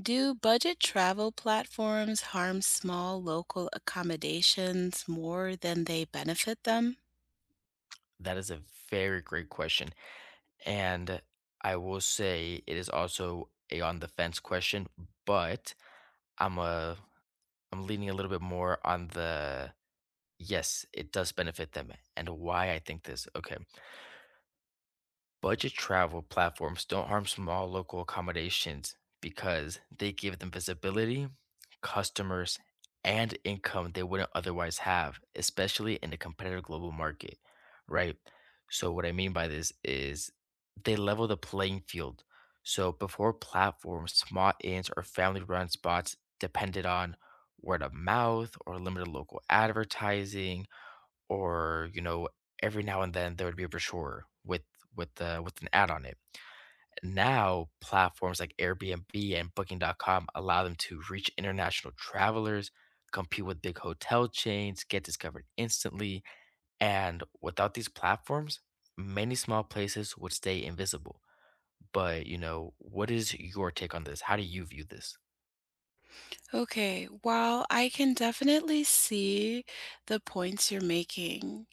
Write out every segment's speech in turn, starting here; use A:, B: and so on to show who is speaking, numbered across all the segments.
A: Do budget travel platforms harm small local accommodations more than they benefit them?
B: That is a very great question. And I will say it is also a on the fence question, but I'm a I'm leaning a little bit more on the yes, it does benefit them and why I think this. Okay. Budget travel platforms don't harm small local accommodations because they give them visibility, customers, and income they wouldn't otherwise have, especially in a competitive global market, right? So, what I mean by this is they level the playing field. So, before platforms, small inns or family run spots depended on word of mouth or limited local advertising or every now and then there would be a brochure with with an ad on it. Now platforms like airbnb and Booking.com allow them to reach international travelers, compete with big hotel chains, get discovered instantly. And without these platforms many small places would stay invisible. But you know, what is your take on this? How do you view this?
A: Okay, while I can definitely see the points you're making,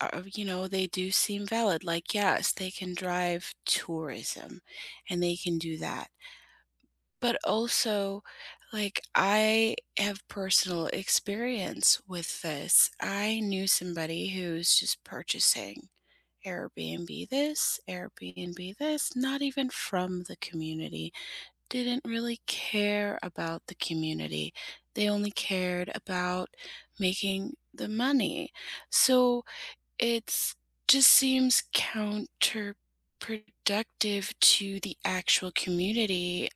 A: you know, they do seem valid. Like, yes, they can drive tourism and they can do that. But also, like, I have personal experience with this. I knew somebody who's just purchasing Airbnb this, not even from the community, didn't really care about the community. They only cared about making the money. So it's just seems counterproductive to the actual community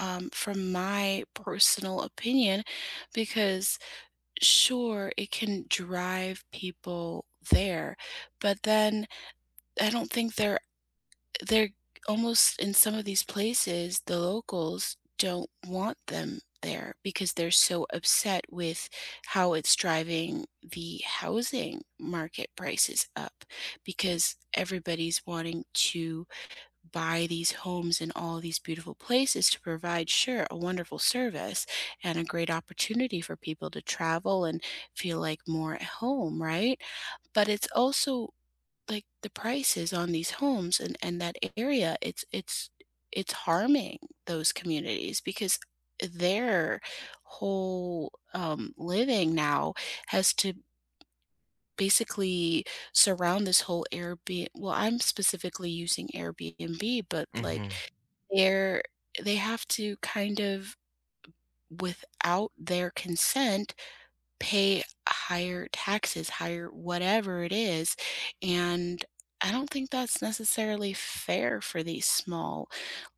A: from my personal opinion because sure it can drive people there but then I don't think they're almost in some of these places, the locals don't want them there because they're so upset with how it's driving the housing market prices up because everybody's wanting to buy these homes in all these beautiful places to provide, sure, a wonderful service and a great opportunity for people to travel and feel like more at home, right? But it's also like the prices on these homes and that area, it's harming those communities because their whole living now has to basically surround this whole Airbnb. Well, I'm specifically using Airbnb, but like
B: Hmm.
A: they're they have to kind of without their consent pay higher taxes, higher whatever it is, and I don't think that's necessarily fair for these small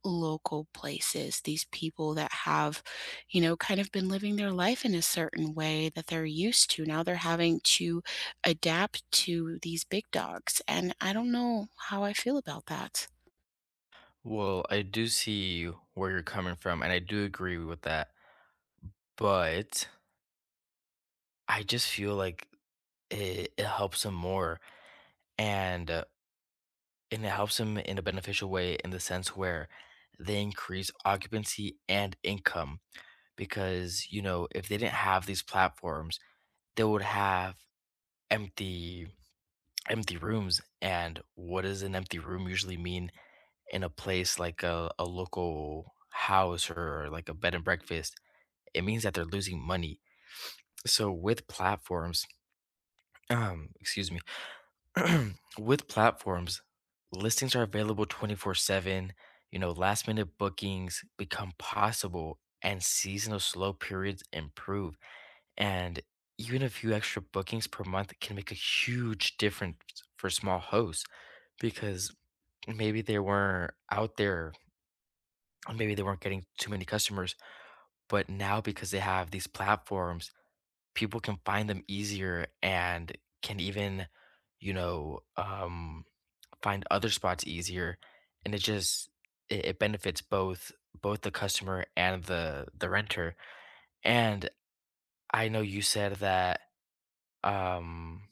A: local places, these people that have, you know, kind of been living their life in a certain way that they're used to. Now they're having to adapt to these big dogs, and I don't know how I feel about that.
B: Well, I do see where you're coming from, and I do agree with that. But I just feel like it helps him more and uh, and it helps him in a beneficial way in the sense where they increase occupancy and income, because you know if they didn't have these platforms they would have empty empty rooms. And what does an empty room usually mean in a place like a local house or like a bed and breakfast? It means that they're losing money. So with platforms, um, excuse me, with platforms, listings are available 24/7. You know, last minute bookings become possible and seasonal slow periods improve. And even a few extra bookings per month can make a huge difference for small hosts, because maybe they weren't out there, or maybe they weren't getting too many customers, but now because they have these platforms, people can find them easier and can even, you know, um find other spots easier, and it just it benefits both both the customer and the renter. And I know you said that um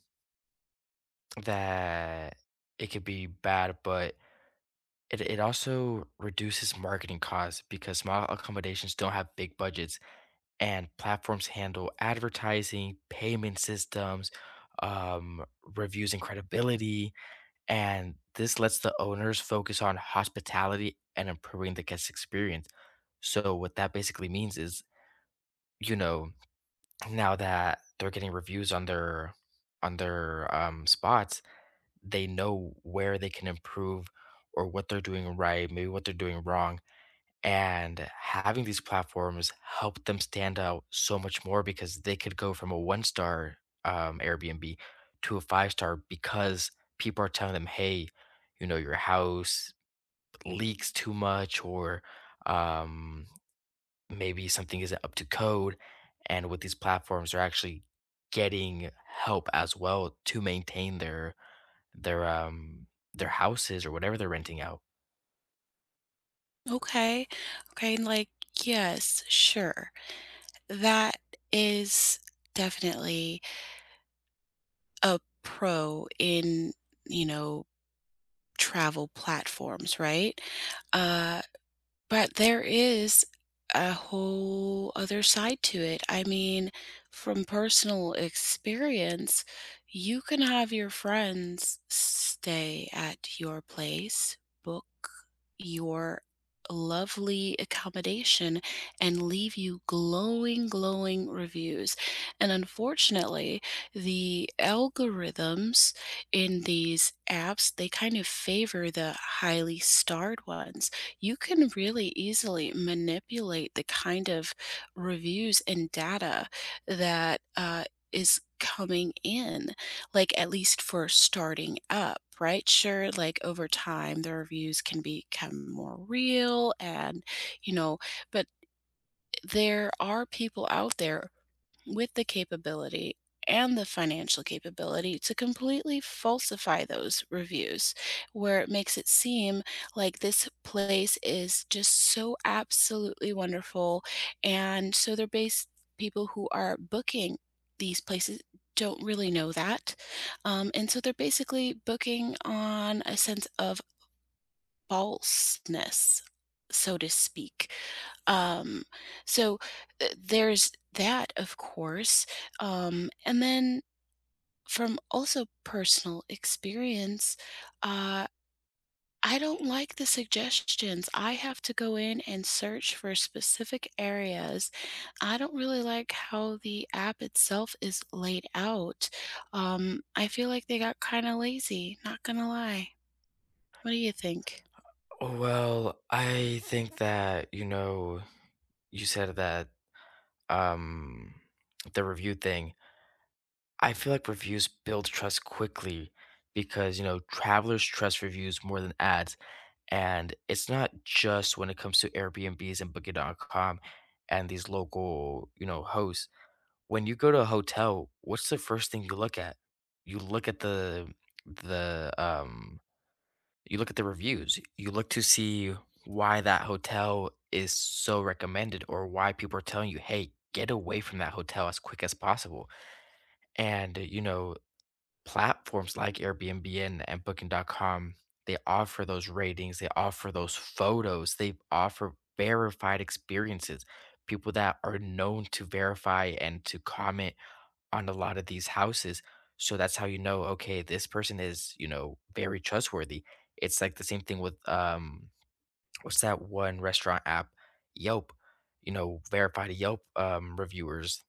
B: that it could be bad, but it also reduces marketing costs because small accommodations don't have big budgets, and platforms handle advertising, payment systems, um, reviews and credibility. And this lets the owners focus on hospitality and improving the guest experience. So what that basically means is, you know, now that they're getting reviews on their spots, they know where they can improve or what they're doing right, maybe what they're doing wrong, and having these platforms helped them stand out so much more, because they could go from a one star Airbnb to a five-star because people are telling them, "Hey, you know, your house leaks too much, or um, maybe something isn't up to code." And with these platforms, they're actually getting help as well to maintain their their um their houses or whatever they're renting out.
A: Okay. Okay. Like, yes, sure. That is definitely a pro in, you know, travel platforms, right? Uh but there is a whole other side to it. I mean, from personal experience, you can have your friends stay at your place, book your lovely accommodation, and leave you glowing, glowing reviews. And unfortunately, the algorithms in these apps, they kind of favor the highly starred ones. You can really easily manipulate the kind of reviews and data that is coming in, like at least for starting up, right? Sure, like over time, the reviews can become more real and, you know, but there are people out there with the capability and the financial capability to completely falsify those reviews, where it makes it seem like this place is just so absolutely wonderful. And so they're based, people who are booking these places don't really know that. And so they're basically booking on a sense of falseness, so to speak. Um, so there's that, of course. And then from also personal experience, uh, I don't like the suggestions. I have to go in and search for specific areas. I don't really like how the app itself is laid out. I feel like they got kind of lazy, not gonna lie. What do you think?
B: Well, I think that, you know, you said that um the review thing, I feel like reviews build trust quickly, because you know travelers trust reviews more than ads. And it's not just when it comes to airbnbs and Booking.com and these local, you know, hosts. When you go to a hotel, what's the first thing you look at? You look at the the um you look at the reviews. You look to see why that hotel is so recommended or why people are telling you, "Hey, get away from that hotel as quick as possible." And, you know, platforms like Airbnb and Booking.com, they offer those ratings, they offer those photos, they offer verified experiences. People that are known to verify and to comment on a lot of these houses. So that's how you know, okay, this person is, you know, very trustworthy. It's like the same thing with what's that one restaurant app, Yelp, you know, verified Yelp reviewers,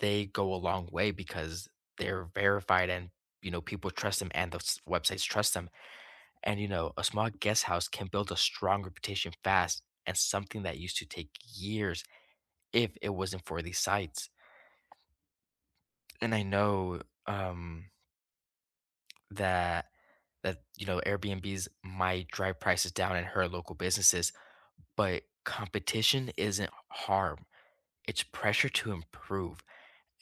B: they go a long way because they're verified and you know people trust them and the websites trust them. And you know, a small guest house can build a strong reputation fast, and something that used to take years if it wasn't for these sites. And I know that you know airbnbs might drive prices down and hurt local businesses, but competition isn't harm, it's pressure to improve.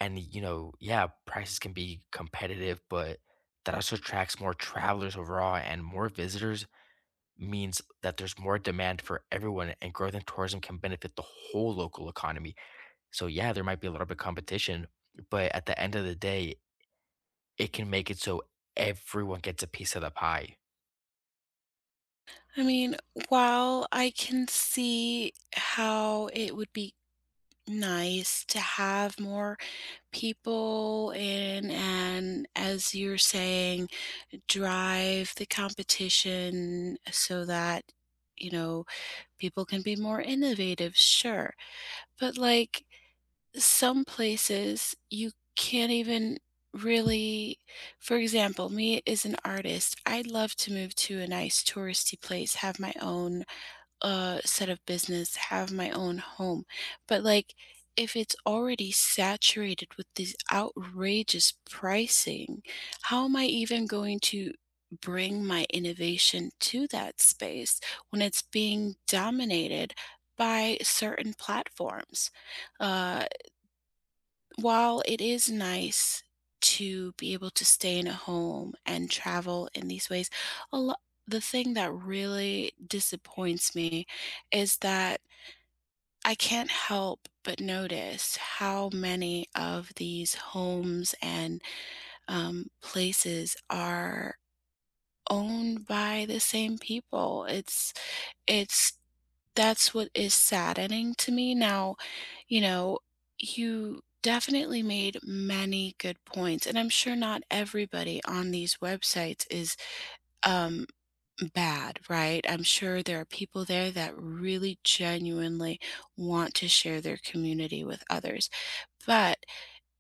B: And you know, yeah, prices can be competitive, but that also attracts more travelers overall, and more visitors means that there's more demand for everyone, and growth in tourism can benefit the whole local economy. So yeah, there might be a little bit of competition, but at the end of the day, it can make it so everyone gets a piece of the pie.
A: I mean, while I can see how it would be nice to have more people in and, as you're saying, drive the competition so that, you know, people can be more innovative, sure. But, like, some places you can't even really for example, me as an artist, I'd love to move to a nice touristy place, have my own set of business, have my own home. But like, if it's already saturated with these outrageous pricing, how am I even going to bring my innovation to that space when it's being dominated by certain platforms? Uh, while it is nice to be able to stay in a home and travel in these ways, a lot the thing that really disappoints me is that I can't help but notice how many of these homes and, places are owned by the same people. It's That's what is saddening to me. Now you know, you definitely made many good points, and I'm sure not everybody on these websites is um, bad, right? I'm sure there are people there that really genuinely want to share their community with others. But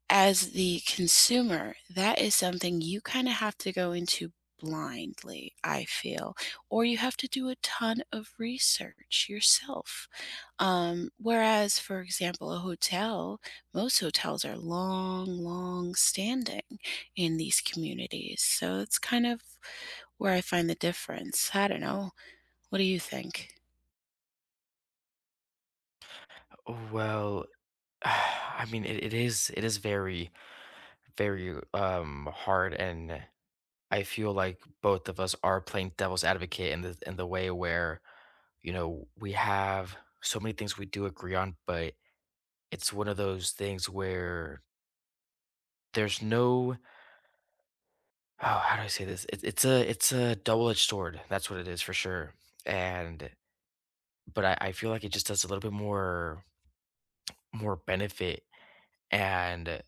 A: as the consumer, that is something you kinda have to go into blindly, I feel, or you have to do a ton of research yourself. Whereas, for example, a hotel, most hotels are long, long standing in these communities, so it's kind of where I find the difference. I don't know. What do you think?
B: Well, I mean, it is very very hard, and I feel like both of us are playing devil's advocate in the way where you know we have so many things we do agree on, but it's one of those things where there's no oh, how do I say this? It's a double edged sword. That's what it is for sure. And but I feel like it just does a little bit more benefit. And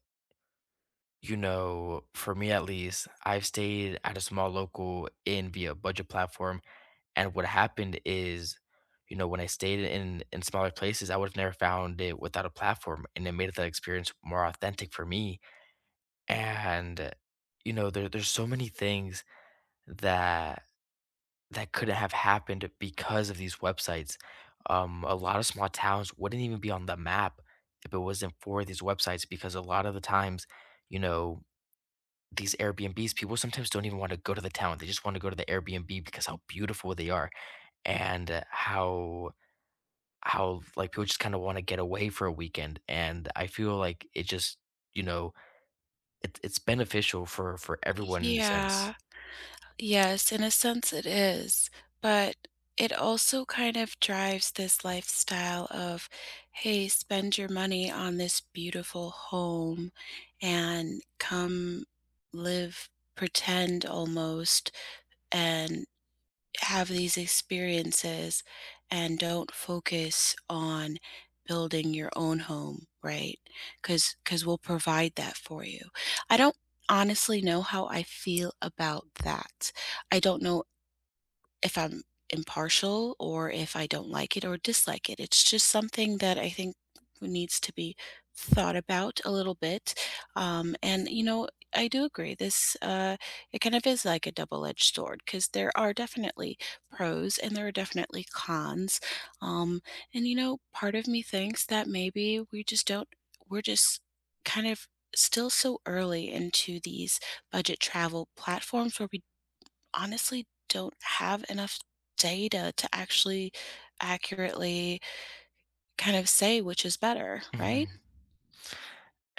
B: you know, for me at least, I've stayed at a small local inn via budget platform, and what happened is, you know, when I stayed in smaller places, I would have never found it without a platform, and it made that experience more authentic for me. And, you know, there's so many things that couldn't have happened because of these websites. A lot of small towns wouldn't even be on the map if it wasn't for these websites, because a lot of the times, you know, these Airbnbs, people sometimes don't even want to go to the town. They just want to go to the Airbnb because how beautiful they are, and how like people just kind of want to get away for a weekend. And I feel like it just, you know, it's beneficial for everyone in a sense.
A: Yeah. Yes, in a sense it is, but it also kind of drives this lifestyle of, hey, spend your money on this beautiful home and come live, pretend almost, and have these experiences and don't focus on building your own home, right? Cuz we'll provide that for you. I don't honestly know how I feel about that. I don't know if I'm impartial or if I don't like it or dislike it. It's just something that I think needs to be thought about a little bit. And, you know, I do agree. It kind of is like a double edged sword because there are definitely pros and there are definitely cons. Um, and, you know, part of me thinks that maybe we just don't, we're just kind of still so early into these budget travel platforms where we honestly don't have enough data to actually accurately kind of say which is better, right?
B: Mhm.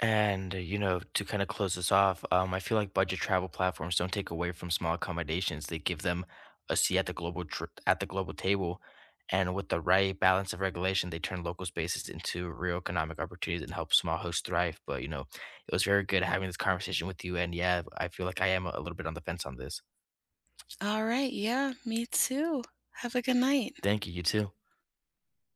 B: And, you know, to kind of close this off, I feel like budget travel platforms don't take away from small accommodations. They give them a seat at the global at the global table, and with the right balance of regulation, they turn local spaces into real economic opportunities and help small hosts thrive. But you know, it was very good having this conversation with you, and yeah, I feel like I am a little bit on the fence on this.
A: All right. Yeah, me too. Have a good night.
B: Thank you. You too.